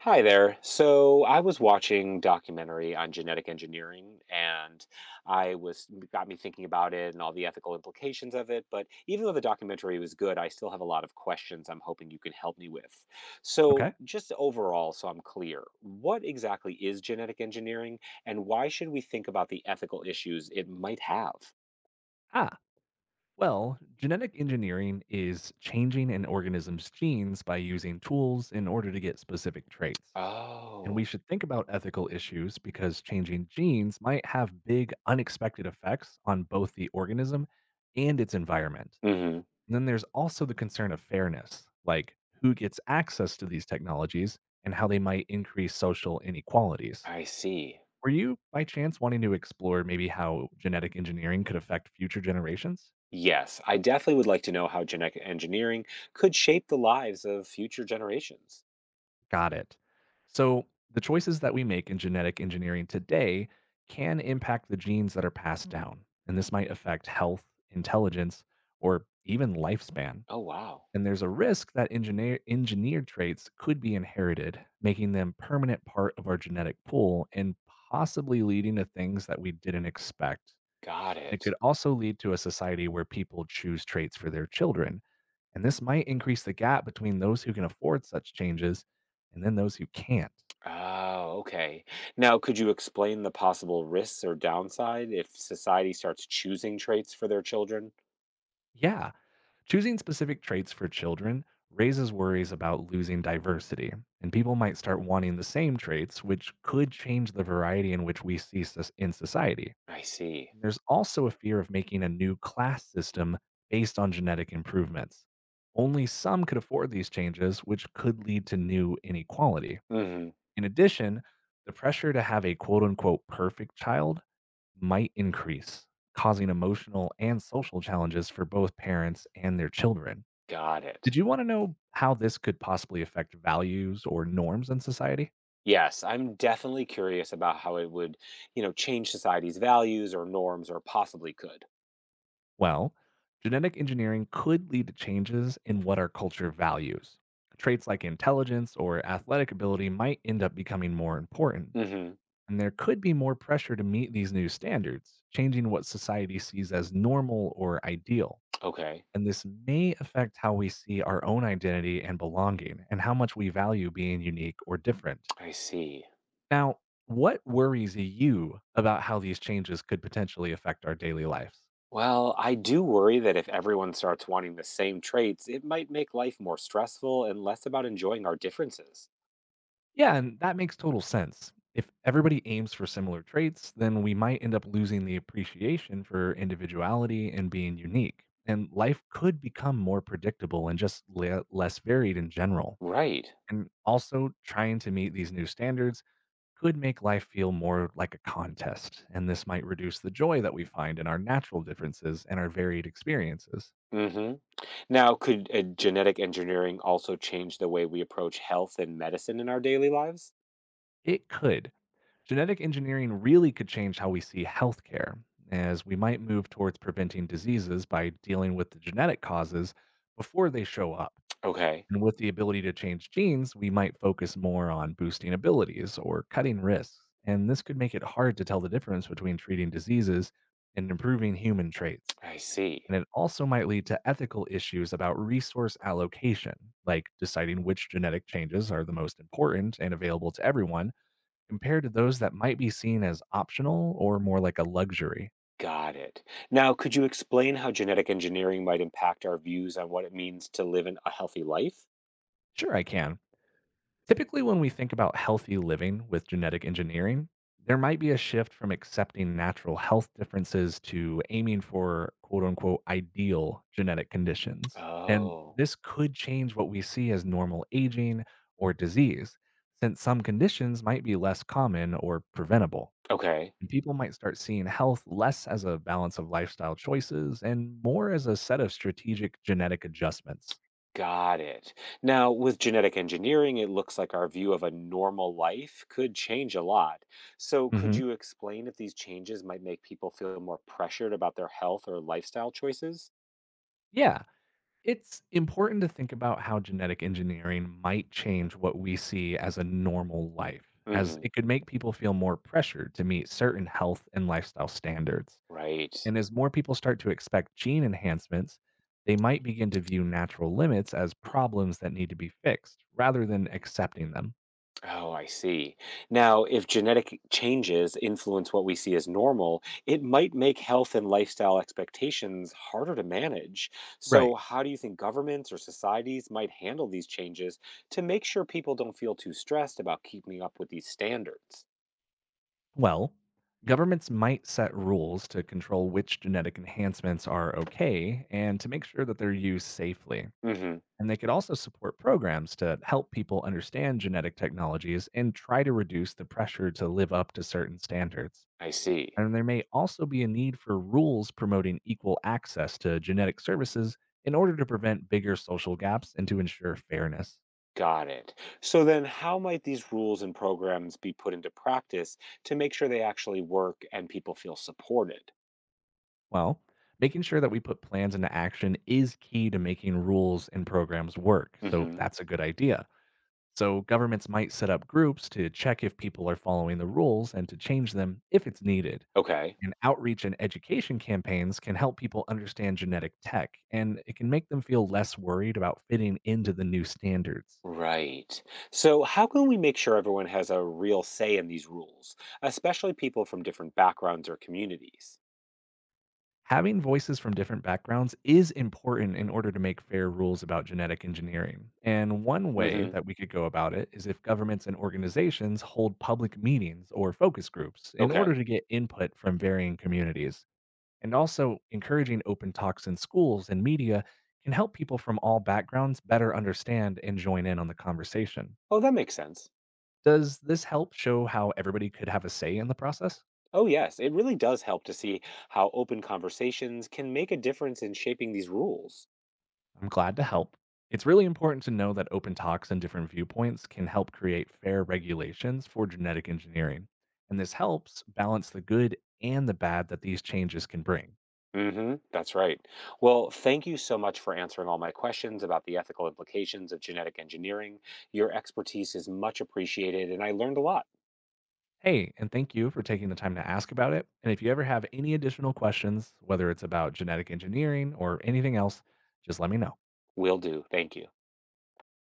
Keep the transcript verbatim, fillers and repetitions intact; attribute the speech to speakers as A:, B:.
A: Hi there. So I was watching documentary on genetic engineering and I was got me thinking about it and all the ethical implications of it, but even though the documentary was good, I still have a lot of questions I'm hoping you can help me with. So
B: Okay.
A: just overall, so I'm clear, what exactly is genetic engineering and why should we think about the ethical issues it might have?
B: Ah, well, genetic engineering is changing an organism's genes by using tools in order to get specific traits. And
A: Oh.
B: we should think about ethical issues because changing genes might have big, unexpected effects on both the organism and its environment.
A: Mhm.
B: And then there's also the concern of fairness, like who gets access to these technologies and how they might increase social inequalities.
A: I see.
B: Were you, by chance, wanting to explore maybe how genetic engineering could affect future generations?
A: Yes, I definitely would like to know how genetic engineering could shape the lives of future generations.
B: Got it. So, the choices that we make in genetic engineering today can impact the genes that are passed down, and this might affect health, intelligence, or even lifespan.
A: Oh, wow.
B: And there's a risk that engineer, engineered traits could be inherited, making them permanent part of our genetic pool and possibly leading to things that we didn't expect.
A: Got
B: And it
A: it.
B: could also lead to a society where people choose traits for their children. And this might increase the gap between those who can afford such changes and then those who can't.
A: Oh, okay. Now, could you explain the possible risks or downside if society starts choosing traits for their children?
B: Yeah, choosing specific traits for children raises worries about losing diversity, and people might start wanting the same traits, which could change the variety in which we see sus- in society.
A: I see.
B: There's also a fear of making a new class system based on genetic improvements. Only some could afford these changes, which could lead to new inequality.
A: Hmm.
B: In addition, the pressure to have a quote unquote perfect child might increase, causing emotional and social challenges for both parents and their children.
A: Got it.
B: Did you want to know how this could possibly affect values or norms in society?
A: Yes, I'm definitely curious about how it would, you know, change society's values or norms or possibly could.
B: Well, genetic engineering could lead to changes in what our culture values. Traits like intelligence or athletic ability might end up becoming more important,
A: Hmm.
B: and there could be more pressure to meet these new standards, changing what society sees as normal or ideal.
A: Okay.
B: And this may affect how we see our own identity and belonging and how much we value being unique or different.
A: I see.
B: Now, what worries you about how these changes could potentially affect our daily lives?
A: Well, I do worry that if everyone starts wanting the same traits, it might make life more stressful and less about enjoying our differences.
B: Yeah, and that makes total sense. If everybody aims for similar traits, then we might end up losing the appreciation for individuality and being unique. And life could become more predictable and just le- less varied in general.
A: Right.
B: And also, trying to meet these new standards could make life feel more like a contest, and this might reduce the joy that we find in our natural differences and our varied experiences.
A: Hmm. Now, could uh, genetic engineering also change the way we approach health and medicine in our daily lives?
B: It could. Genetic engineering really could change how we see healthcare, as we might move towards preventing diseases by dealing with the genetic causes before they show up.
A: Okay,
B: And with the ability to change genes, we might focus more on boosting abilities or cutting risks. And this could make it hard to tell the difference between treating diseases and improving human traits.
A: I see.
B: And it also might lead to ethical issues about resource allocation, like deciding which genetic changes are the most important and available to everyone compared to those that might be seen as optional or more like a luxury.
A: Got it. Now, could you explain how genetic engineering might impact our views on what it means to live an, a healthy life?
B: Sure, I can. Typically, when we think about healthy living with genetic engineering, there might be a shift from accepting natural health differences to aiming for quote unquote ideal genetic conditions. And
A: Oh,
B: this could change what we see as normal aging or disease, since some conditions might be less common or preventable.
A: okay.
B: And people might start seeing health less as a balance of lifestyle choices and more as a set of strategic genetic adjustments.
A: Got it. Now, with genetic engineering, it looks like our view of a normal life could change a lot. So, could
B: Mhm.
A: you explain if these changes might make people feel more pressured about their health or lifestyle choices?
B: Yeah. It's important to think about how genetic engineering might change what we see as a normal life, as
A: Hmm.
B: it could make people feel more pressured to meet certain health and lifestyle standards.
A: Right.
B: And as more people start to expect gene enhancements, they might begin to view natural limits as problems that need to be fixed rather than accepting them.
A: Oh, I see. Now, if genetic changes influence what we see as normal, it might make health and lifestyle expectations harder to manage. So,
B: Right.
A: how do you think governments or societies might handle these changes to make sure people don't feel too stressed about keeping up with these standards?
B: Well, governments might set rules to control which genetic enhancements are okay and to make sure that they're used safely.
A: Hmm.
B: And they could also support programs to help people understand genetic technologies and try to reduce the pressure to live up to certain standards.
A: I see.
B: And there may also be a need for rules promoting equal access to genetic services in order to prevent bigger social gaps and to ensure fairness.
A: Got it. So, then how might these rules and programs be put into practice to make sure they actually work and people feel supported?
B: Well, making sure that we put plans into action is key to making rules and programs work. So
A: Hmm.
B: that's a good idea. So governments might set up groups to check if people are following the rules and to change them if it's needed.
A: Okay.
B: And outreach and education campaigns can help people understand genetic tech, and it can make them feel less worried about fitting into the new standards.
A: Right. So, how can we make sure everyone has a real say in these rules, especially people from different backgrounds or communities?
B: Having voices from different backgrounds is important in order to make fair rules about genetic engineering. And one way
A: Hmm.
B: that we could go about it is if governments and organizations hold public meetings or focus groups in order
A: Okay.
B: to get input from varying communities. And also, encouraging open talks in schools and media can help people from all backgrounds better understand and join in on the conversation.
A: Oh, that makes sense.
B: Does this help show how everybody could have a say in the process?
A: Oh, yes. It really does help to see how open conversations can make a difference in shaping these rules.
B: I'm glad to help. It's really important to know that open talks and different viewpoints can help create fair regulations for genetic engineering. And this helps balance the good and the bad that these changes can bring.
A: Hmm. That's right. Well, thank you so much for answering all my questions about the ethical implications of genetic engineering. Your expertise is much appreciated, and I learned a lot.
B: Hey, and thank you for taking the time to ask about it. And if you ever have any additional questions, whether it's about genetic engineering or anything else, just let me know.
A: Will do. Thank you.